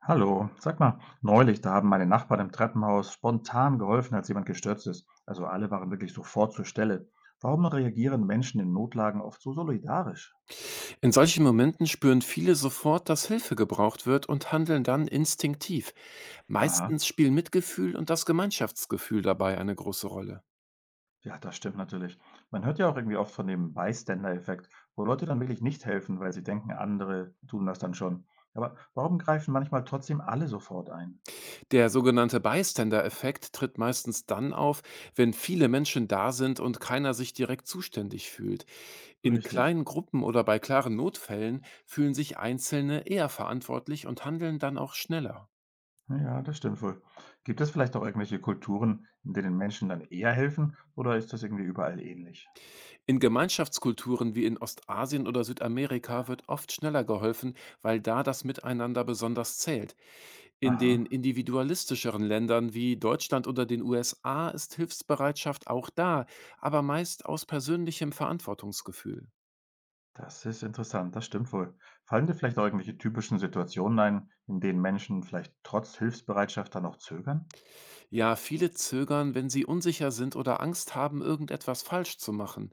Hallo, sag mal, neulich, da haben meine Nachbarn im Treppenhaus spontan geholfen, als jemand gestürzt ist. Also alle waren wirklich sofort zur Stelle. Warum reagieren Menschen in Notlagen oft so solidarisch? In solchen Momenten spüren viele sofort, dass Hilfe gebraucht wird und handeln dann instinktiv. Aha, Meistens spielen Mitgefühl und das Gemeinschaftsgefühl dabei eine große Rolle. ja, das stimmt natürlich. Man hört ja auch irgendwie oft von dem Bystander-Effekt, wo Leute dann wirklich nicht helfen, weil sie denken, andere tun das dann schon. Aber warum greifen manchmal trotzdem alle sofort ein? Der sogenannte Bystander-Effekt tritt meistens dann auf, wenn viele Menschen da sind und keiner sich direkt zuständig fühlt. In Richtig. kleinen Gruppen oder bei klaren Notfällen fühlen sich Einzelne eher verantwortlich und handeln dann auch schneller. Ja, das stimmt wohl. Gibt es vielleicht auch irgendwelche Kulturen, in denen Menschen dann eher helfen, oder ist das irgendwie überall ähnlich? In Gemeinschaftskulturen wie in Ostasien oder Südamerika wird oft schneller geholfen, weil da das Miteinander besonders zählt. In Aha. den individualistischeren Ländern wie Deutschland oder den USA ist Hilfsbereitschaft auch da, aber meist aus persönlichem Verantwortungsgefühl. Das ist interessant, das stimmt wohl. Fallen dir vielleicht auch irgendwelche typischen Situationen ein, in denen Menschen vielleicht trotz Hilfsbereitschaft dann auch zögern? Ja, viele zögern, wenn sie unsicher sind oder Angst haben, irgendetwas falsch zu machen.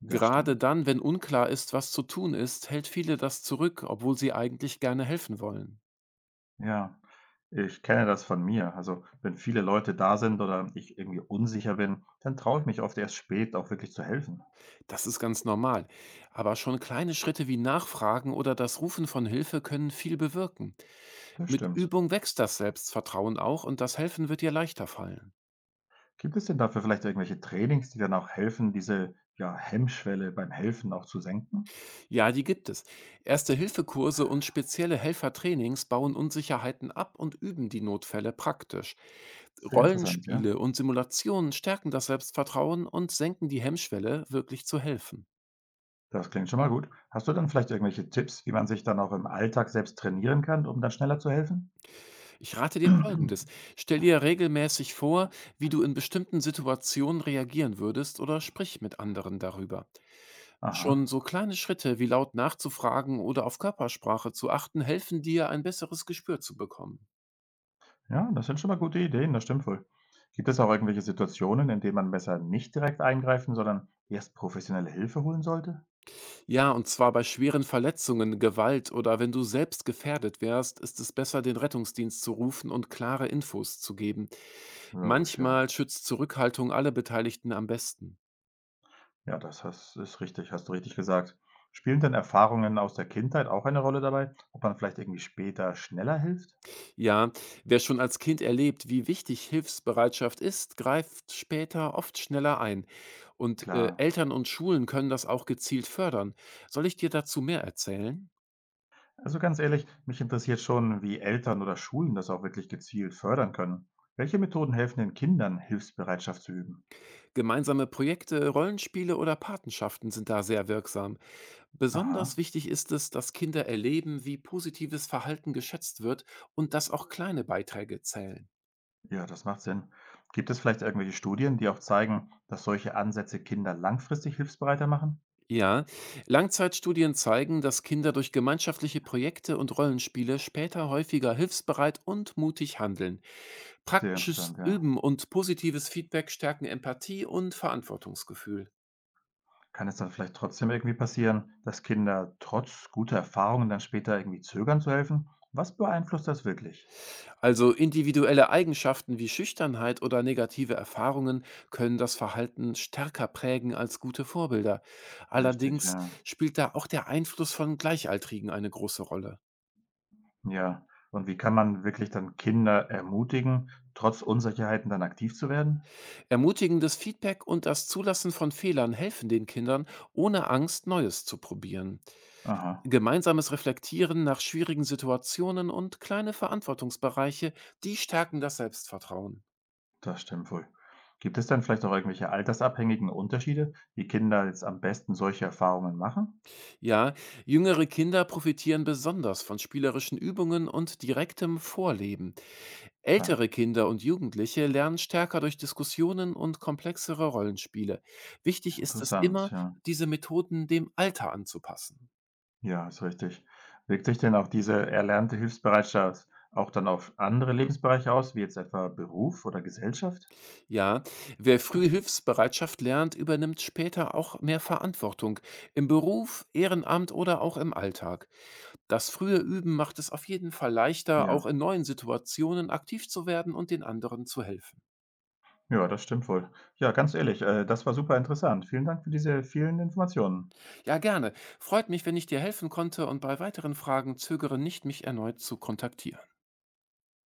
Das Gerade stimmt. dann, wenn unklar ist, was zu tun ist, hält viele das zurück, obwohl sie eigentlich gerne helfen wollen. Ja, ich kenne das von mir. Also, wenn viele Leute da sind oder ich irgendwie unsicher bin, dann traue ich mich oft erst spät auch wirklich zu helfen. Das ist ganz normal. Aber schon kleine Schritte wie Nachfragen oder das Rufen von Hilfe können viel bewirken. Das Mit stimmt. Übung wächst das Selbstvertrauen auch und das Helfen wird dir leichter fallen. Gibt es denn dafür vielleicht irgendwelche Trainings, die dann auch helfen, diese, ja, Hemmschwelle beim Helfen auch zu senken? Ja, die gibt es. Erste-Hilfe-Kurse und spezielle Helfertrainings bauen Unsicherheiten ab und üben die Notfälle praktisch. Sehr interessant, ja. Rollenspiele und Simulationen stärken das Selbstvertrauen und senken die Hemmschwelle, wirklich zu helfen. Das klingt schon mal gut. Hast du dann vielleicht irgendwelche Tipps, wie man sich dann auch im Alltag selbst trainieren kann, um dann schneller zu helfen? Ich rate dir Folgendes. Stell dir regelmäßig vor, wie du in bestimmten Situationen reagieren würdest oder sprich mit anderen darüber. Schon Aha. so kleine Schritte wie laut nachzufragen oder auf Körpersprache zu achten, helfen dir, ein besseres Gespür zu bekommen. Ja, das sind schon mal gute Ideen, das stimmt wohl. Gibt es auch irgendwelche Situationen, in denen man besser nicht direkt eingreifen, sondern erst professionelle Hilfe holen sollte? Ja, und zwar bei schweren Verletzungen, Gewalt oder wenn du selbst gefährdet wärst, ist es besser, den Rettungsdienst zu rufen und klare Infos zu geben. Logisch, Manchmal ja. schützt Zurückhaltung alle Beteiligten am besten. Ja, das hast, ist richtig, hast du richtig gesagt. Spielen denn Erfahrungen aus der Kindheit auch eine Rolle dabei, ob man vielleicht irgendwie später schneller hilft? Ja, wer schon als Kind erlebt, wie wichtig Hilfsbereitschaft ist, greift später oft schneller ein. Und Klar. Eltern und Schulen können das auch gezielt fördern. Soll ich dir dazu mehr erzählen? Also ganz ehrlich, mich interessiert schon, wie Eltern oder Schulen das auch wirklich gezielt fördern können. Welche Methoden helfen den Kindern, Hilfsbereitschaft zu üben? Gemeinsame Projekte, Rollenspiele oder Patenschaften sind da sehr wirksam. Besonders Aha. wichtig ist es, dass Kinder erleben, wie positives Verhalten geschätzt wird und dass auch kleine Beiträge zählen. Ja, das macht Sinn. Gibt es vielleicht irgendwelche Studien, die auch zeigen, dass solche Ansätze Kinder langfristig hilfsbereiter machen? Ja, Langzeitstudien zeigen, dass Kinder durch gemeinschaftliche Projekte und Rollenspiele später häufiger hilfsbereit und mutig handeln. Sehr Praktisches interessant, ja. Üben und positives Feedback stärken Empathie und Verantwortungsgefühl. Kann es dann vielleicht trotzdem irgendwie passieren, dass Kinder trotz guter Erfahrungen dann später irgendwie zögern zu helfen? Was beeinflusst das wirklich? Also individuelle Eigenschaften wie Schüchternheit oder negative Erfahrungen können das Verhalten stärker prägen als gute Vorbilder. Richtig, Allerdings ja. spielt da auch der Einfluss von Gleichaltrigen eine große Rolle. Ja. Und wie kann man wirklich dann Kinder ermutigen, trotz Unsicherheiten dann aktiv zu werden? Ermutigendes Feedback und das Zulassen von Fehlern helfen den Kindern, ohne Angst Neues zu probieren. Aha, Gemeinsames Reflektieren nach schwierigen Situationen und kleine Verantwortungsbereiche, die stärken das Selbstvertrauen. das stimmt wohl. Gibt es dann vielleicht auch irgendwelche altersabhängigen Unterschiede, wie Kinder jetzt am besten solche Erfahrungen machen? Ja, jüngere Kinder profitieren besonders von spielerischen Übungen und direktem Vorleben. Klar. Ältere Kinder und Jugendliche lernen stärker durch Diskussionen und komplexere Rollenspiele. Wichtig ist es Interessant, immer, ja. diese Methoden dem Alter anzupassen. Ja, ist richtig. Wirkt sich denn auch diese erlernte Hilfsbereitschaft auch dann auf andere Lebensbereiche aus, wie jetzt etwa Beruf oder Gesellschaft? Ja, wer früh Hilfsbereitschaft lernt, übernimmt später auch mehr Verantwortung im Beruf, Ehrenamt oder auch im Alltag. Das frühe Üben macht es auf jeden Fall leichter, auch Ja, in neuen Situationen aktiv zu werden und den anderen zu helfen. ja, das stimmt wohl. Ja, ganz ehrlich, das war super interessant. Vielen Dank für diese vielen Informationen. Ja, gerne. Freut mich, wenn ich dir helfen konnte und bei weiteren Fragen zögere nicht, mich erneut zu kontaktieren.